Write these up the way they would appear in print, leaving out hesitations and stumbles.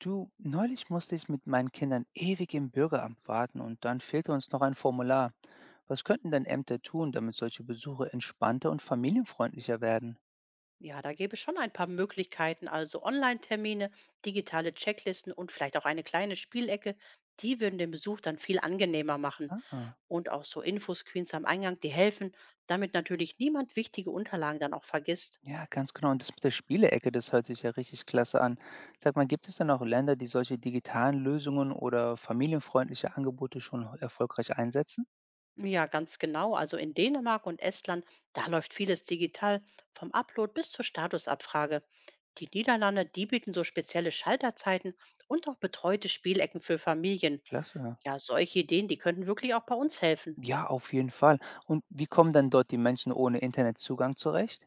Du, neulich musste ich mit meinen Kindern ewig im Bürgeramt warten und dann fehlte uns noch ein Formular. Was könnten denn Ämter tun, damit solche Besuche entspannter und familienfreundlicher werden? Ja, da gäbe es schon ein paar Möglichkeiten, also Online-Termine, digitale Checklisten und vielleicht auch eine kleine Spielecke, die würden den Besuch dann viel angenehmer machen. Ah, Und auch so Infoscreens am Eingang, die helfen, damit natürlich niemand wichtige Unterlagen dann auch vergisst. ja, ganz genau. Und das mit der Spielecke, das hört sich ja richtig klasse an. Sag mal, gibt es denn auch Länder, die solche digitalen Lösungen oder familienfreundliche Angebote schon erfolgreich einsetzen? Ja, ganz genau. Also in Dänemark und Estland, da läuft vieles digital, vom Upload bis zur Statusabfrage. Die Niederlande, die bieten so spezielle Schalterzeiten und auch betreute Spielecken für Familien. Klasse. Ja, solche Ideen, die könnten wirklich auch bei uns helfen. Ja, auf jeden Fall. Und wie kommen dann dort die Menschen ohne Internetzugang zurecht?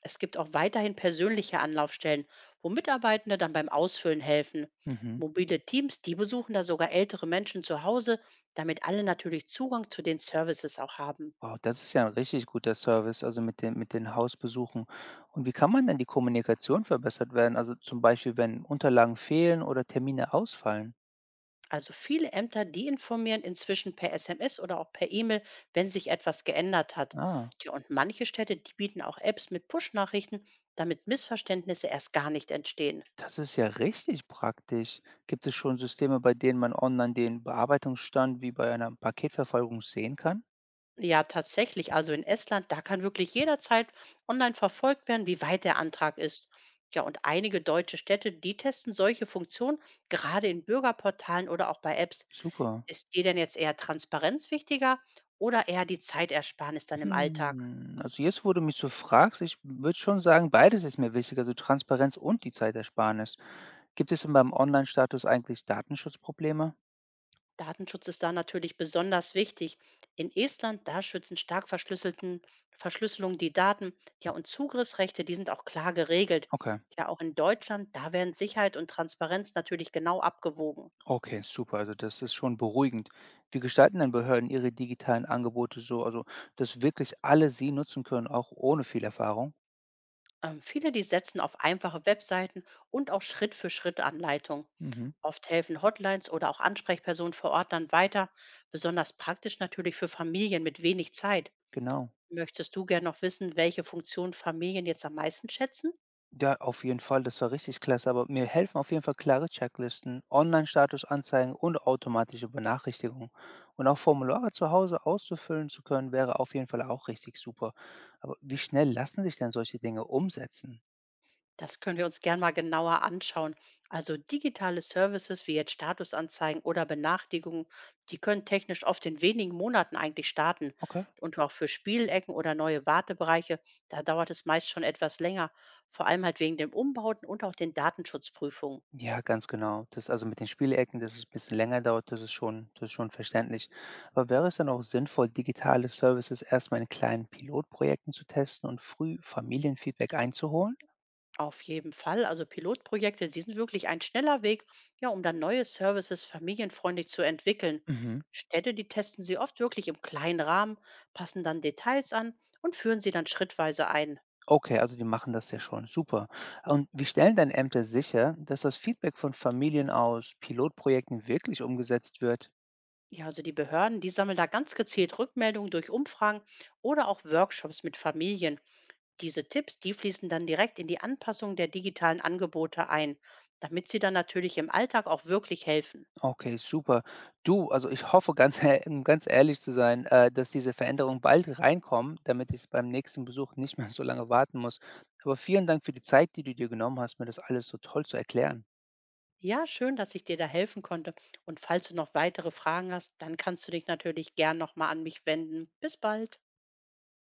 Es gibt auch weiterhin persönliche Anlaufstellen, wo Mitarbeitende dann beim Ausfüllen helfen. Mhm. Mobile Teams, die besuchen da sogar ältere Menschen zu Hause, damit alle natürlich Zugang zu den Services auch haben. Wow, das ist ja ein richtig guter Service, also mit den Hausbesuchen. Und wie kann man denn die Kommunikation verbessert werden? Also zum Beispiel, wenn Unterlagen fehlen oder Termine ausfallen? Also viele Ämter, die informieren inzwischen per SMS oder auch per E-Mail, wenn sich etwas geändert hat. Ah, Ja, und manche Städte, die bieten auch Apps mit Push-Nachrichten, damit Missverständnisse erst gar nicht entstehen. das ist ja richtig praktisch. Gibt es schon Systeme, bei denen man online den Bearbeitungsstand wie bei einer Paketverfolgung sehen kann? Ja, tatsächlich. Also in Estland, da kann wirklich jederzeit online verfolgt werden, wie weit der Antrag ist. Ja, und einige deutsche Städte, die testen solche Funktionen gerade in Bürgerportalen oder auch bei Apps. Super. Ist dir denn jetzt eher Transparenz wichtiger oder eher die Zeitersparnis dann im Alltag? Hm, also jetzt, wo du mich so fragst, ich würde schon sagen, beides ist mir wichtig, also Transparenz und die Zeitersparnis. Gibt es denn beim Online-Status eigentlich Datenschutzprobleme? Datenschutz ist da natürlich besonders wichtig. In Estland, da schützen stark verschlüsselten Verschlüsselung die Daten. Ja, und Zugriffsrechte, die sind auch klar geregelt. Okay. Ja, auch in Deutschland, da werden Sicherheit und Transparenz natürlich genau abgewogen. Okay, super. Also das ist schon beruhigend. Wie gestalten denn Behörden ihre digitalen Angebote so, also dass wirklich alle sie nutzen können, auch ohne viel Erfahrung? Viele, die setzen auf einfache Webseiten und auch Schritt-für-Schritt-Anleitungen. Mhm, Oft helfen Hotlines oder auch Ansprechpersonen vor Ort dann weiter, besonders praktisch natürlich für Familien mit wenig Zeit. genau. Möchtest du gern noch wissen, welche Funktion Familien jetzt am meisten schätzen? Ja, auf jeden Fall, das war richtig klasse, aber mir helfen auf jeden Fall klare Checklisten, Online-Statusanzeigen und automatische Benachrichtigungen. Und auch Formulare zu Hause auszufüllen zu können, wäre auf jeden Fall auch richtig super. Aber wie schnell lassen sich denn solche Dinge umsetzen? Das können wir uns gern mal genauer anschauen. Also digitale Services wie jetzt Statusanzeigen oder Benachrichtigungen, die können technisch oft in wenigen Monaten eigentlich starten. Okay. Und auch für Spielecken oder neue Wartebereiche, da dauert es meist schon etwas länger. Vor allem halt wegen dem Umbauten und auch den Datenschutzprüfungen. Ja, ganz genau. Das also, mit den Spielecken, dass es ein bisschen länger dauert, das ist schon verständlich. Aber wäre es dann auch sinnvoll, digitale Services erst mal in kleinen Pilotprojekten zu testen und früh Familienfeedback einzuholen? Auf jeden Fall. Also Pilotprojekte, sie sind wirklich ein schneller Weg, ja, um dann neue Services familienfreundlich zu entwickeln. Mhm. Städte, die testen sie oft wirklich im kleinen Rahmen, passen dann Details an und führen sie dann schrittweise ein. Okay, also die machen das ja schon, super. Und wie stellen denn Ämter sicher, dass das Feedback von Familien aus Pilotprojekten wirklich umgesetzt wird? Ja, also die Behörden, die sammeln da ganz gezielt Rückmeldungen durch Umfragen oder auch Workshops mit Familien. Diese Tipps, die fließen dann direkt in die Anpassung der digitalen Angebote ein, damit sie dann natürlich im Alltag auch wirklich helfen. Okay, super. Du, also ich hoffe, ganz, um ganz ehrlich zu sein, dass diese Veränderungen bald reinkommen, damit ich beim nächsten Besuch nicht mehr so lange warten muss. Aber vielen Dank für die Zeit, die du dir genommen hast, mir das alles so toll zu erklären. Ja, schön, dass ich dir da helfen konnte. Und falls du noch weitere Fragen hast, dann kannst du dich natürlich gern nochmal an mich wenden. Bis bald.